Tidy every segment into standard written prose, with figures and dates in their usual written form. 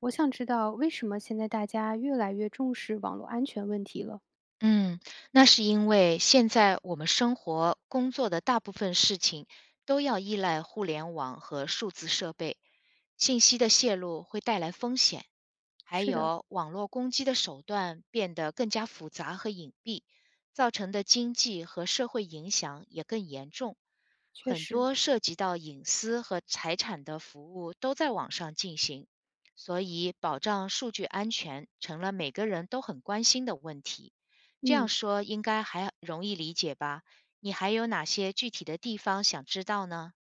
我想知道为什么现在大家越来越重视网络安全问题了？嗯，那是因为现在我们生活、工作的大部分事情都要依赖互联网和数字设备，信息的泄露会带来风险，还是的，有网络攻击的手段变得更加复杂和隐蔽，造成的经济和社会影响也更严重。确很实，多涉及到隐私和财产的服务都在网上进行，所以保障数据安全成了每个人都很关心的问题。这样嗯说应该还容易理解吧？你还有哪些具体的地方想知道呢？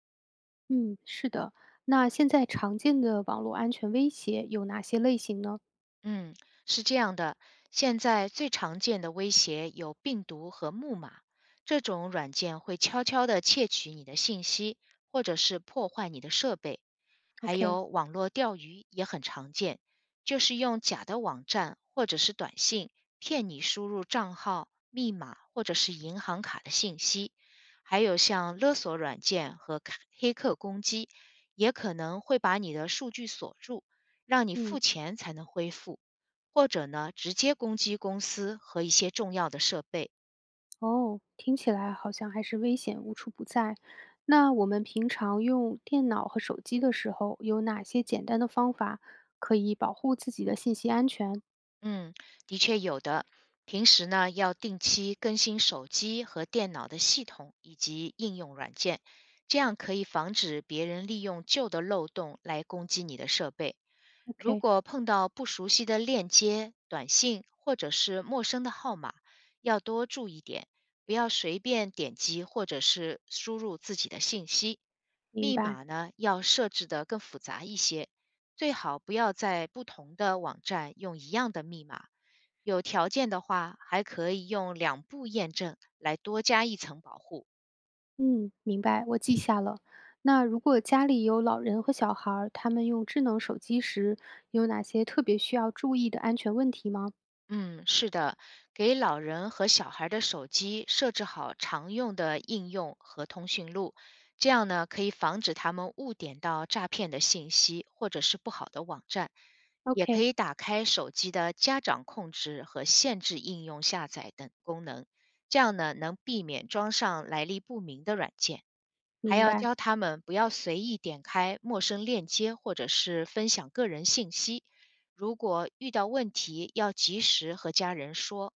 嗯，是的。那现在常见的网络安全威胁有哪些类型呢嗯，是这样的，现在最常见的威胁有病毒和木马，这种软件会悄悄地窃取你的信息，或者是破坏你的设备。还？OK，有网络钓鱼也很常见，就是用假的网站或者是短信骗你输入账号、密码或者是银行卡的信息。还有像勒索软件和卡黑客攻击，也可能会把你的数据锁住，让你付嗯，钱才能恢复，或者呢直接攻击公司和一些重要的设备。哦，听起来好像还是危险无处不在。那我们平常用电脑和手机的时候，有哪些简单的方法可以保护自己的信息安全嗯，的确有的。平时呢，要定期更新手机和电脑的系统以及应用软件，这样可以防止别人利用旧的漏洞来攻击你的设备。如？OK，果碰到不熟悉的链接、短信或者是陌生的号码，要多注意点，不要随便点击或者是输入自己的信息。明密白。码呢，要设置的更复杂一些，最好不要在不同的网站用一样的密码。有条件的话，还可以用2步验证来多加一层保护。嗯，明白，我记下了。那如果家里有老人和小孩儿，他们用智能手机时，有哪些特别需要注意的安全问题吗嗯，是的，给老人和小孩的手机设置好常用的应用和通讯录，这样呢可以防止他们误点到诈骗的信息或者是不好的网站。也可？OK，以打开手机的家长控制和限制应用下载等功能，这样呢能避免装上来历不明的软件。还明要白。教他们不要随意点开陌生链接或者是分享个人信息。如果遇到问题，要及时和家人说，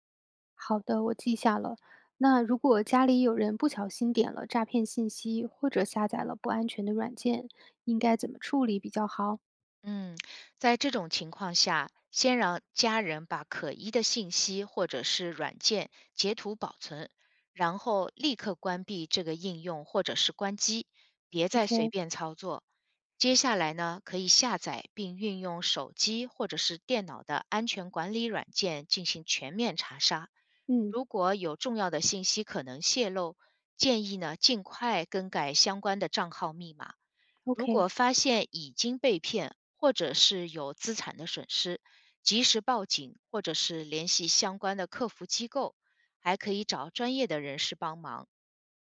好的，我记下了。那如果家里有人不小心点了诈骗信息，或者下载了不安全的软件，应该怎么处理比较好嗯，在这种情况下，先让家人把可疑的信息或者是软件截图保存，然后立刻关闭这个应用或者是关机，别再随？OK，便操作。接下来呢，可以下载并运用手机或者是电脑的安全管理软件进行全面查杀。嗯如果有重要的信息可能泄露，建议呢尽快更改相关的账号密码。如，OK。果发现已经被骗，或者是有资产的损失，及时报警或者是联系相关的客服机构，还可以找专业的人士帮忙。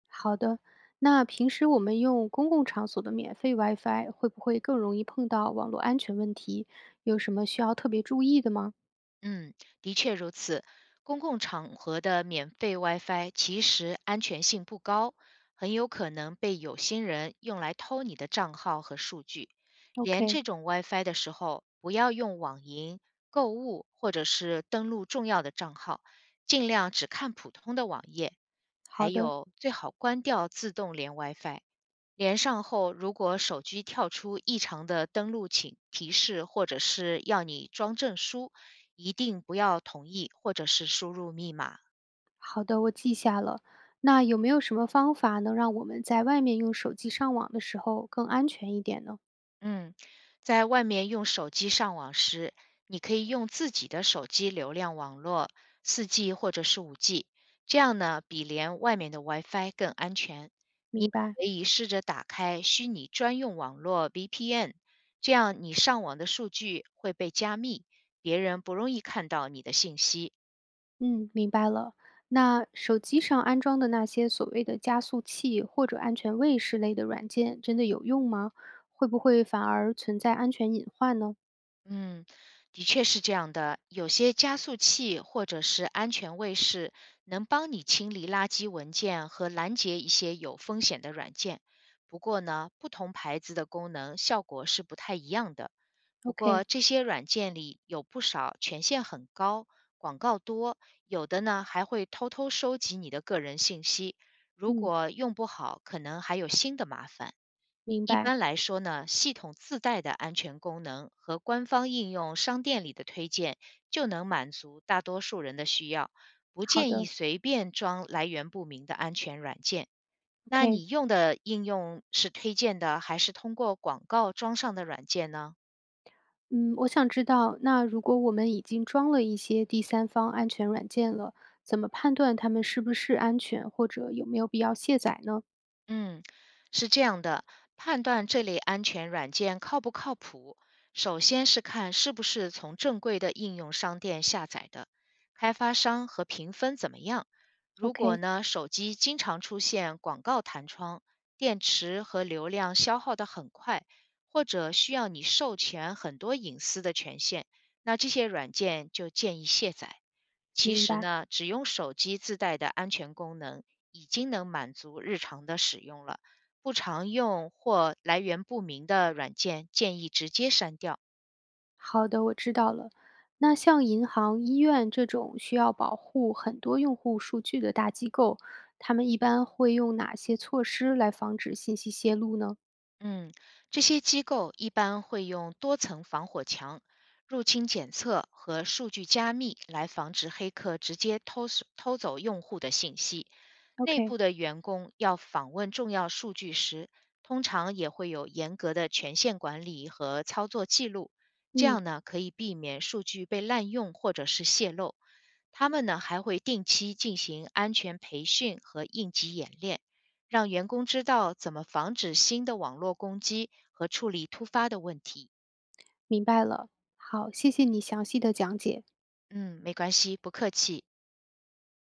好的，那平时我们用公共场所的免费 WiFi 会不会更容易碰到网络安全问题？有什么需要特别注意的吗嗯，的确如此。公共场合的免费 WiFi 其实安全性不高，很有可能被有心人用来偷你的账号和数据。连？OK，这种 WiFi 的时候，不要用网银、购物或者是登录重要的账号，尽量只看普通的网页。还好的，有，最好关掉自动连 WiFi，连上后，如果手机跳出异常的登录请提示，或者是要你装证书，一定不要同意或者是输入密码。好的，我记下了。那有没有什么方法能让我们在外面用手机上网的时候更安全一点呢？嗯，在外面用手机上网时，你可以用自己的手机流量网络4G 或者是5G 这样呢比连外面的 WiFi 更安全。你也明白，可以试着打开虚拟专用网络 VPN，这样你上网的数据会被加密，别人不容易看到你的信息。嗯，明白了。那手机上安装的那些所谓的加速器或者安全卫士类的软件，真的有用吗？会不会反而存在安全隐患呢嗯，的确是这样的。有些加速器或者是安全卫士能帮你清理垃圾文件和拦截一些有风险的软件。不过呢，不同牌子的功能效果是不太一样的。不过？OK，这些软件里有不少权限很高、广告多，有的呢还会偷偷收集你的个人信息。如嗯。果用不好，可能还有新的麻烦。明一白，般来说呢，系统自带的安全功能和官方应用商店里的推荐就能满足大多数人的需要，不好建议的随便装来源不明的安全软件。那，OK。你用的应用是推荐的，还是通过广告装上的软件呢？嗯，我想知道，那如果我们已经装了一些第三方安全软件了，怎么判断它们是不是安全，或者有没有必要卸载呢嗯，是这样的，判断这类安全软件靠不靠谱，首先是看是不是从正规的应用商店下载的，开发商和评分怎么样。如果？OK，呢，手机经常出现广告弹窗，电池和流量消耗的很快，或者需要你授权很多隐私的权限，那这些软件就建议卸载。其明实白。呢，只用手机自带的安全功能。已经能满足日常的使用了。不常用或来源不明的软件，建议直接删掉。好的，我知道了。那像银行、医院这种需要保护很多用户数据的大机构，他们一般会用哪些措施来防止信息泄露呢嗯，这些机构一般会用多层防火墙、入侵检测和数据加密来防止黑客直接偷索偷走用户的信息。内？OK，部的员工要访问重要数据时，通常也会有严格的权限管理和操作记录，这嗯，样呢可以避免数据被滥用或者是泄露。他们呢还会定期进行安全培训和应急演练，让员工知道怎么防止新的网络攻击和处理突发的问题。明白了。好，谢谢你详细的讲解。嗯，没关系，不客气。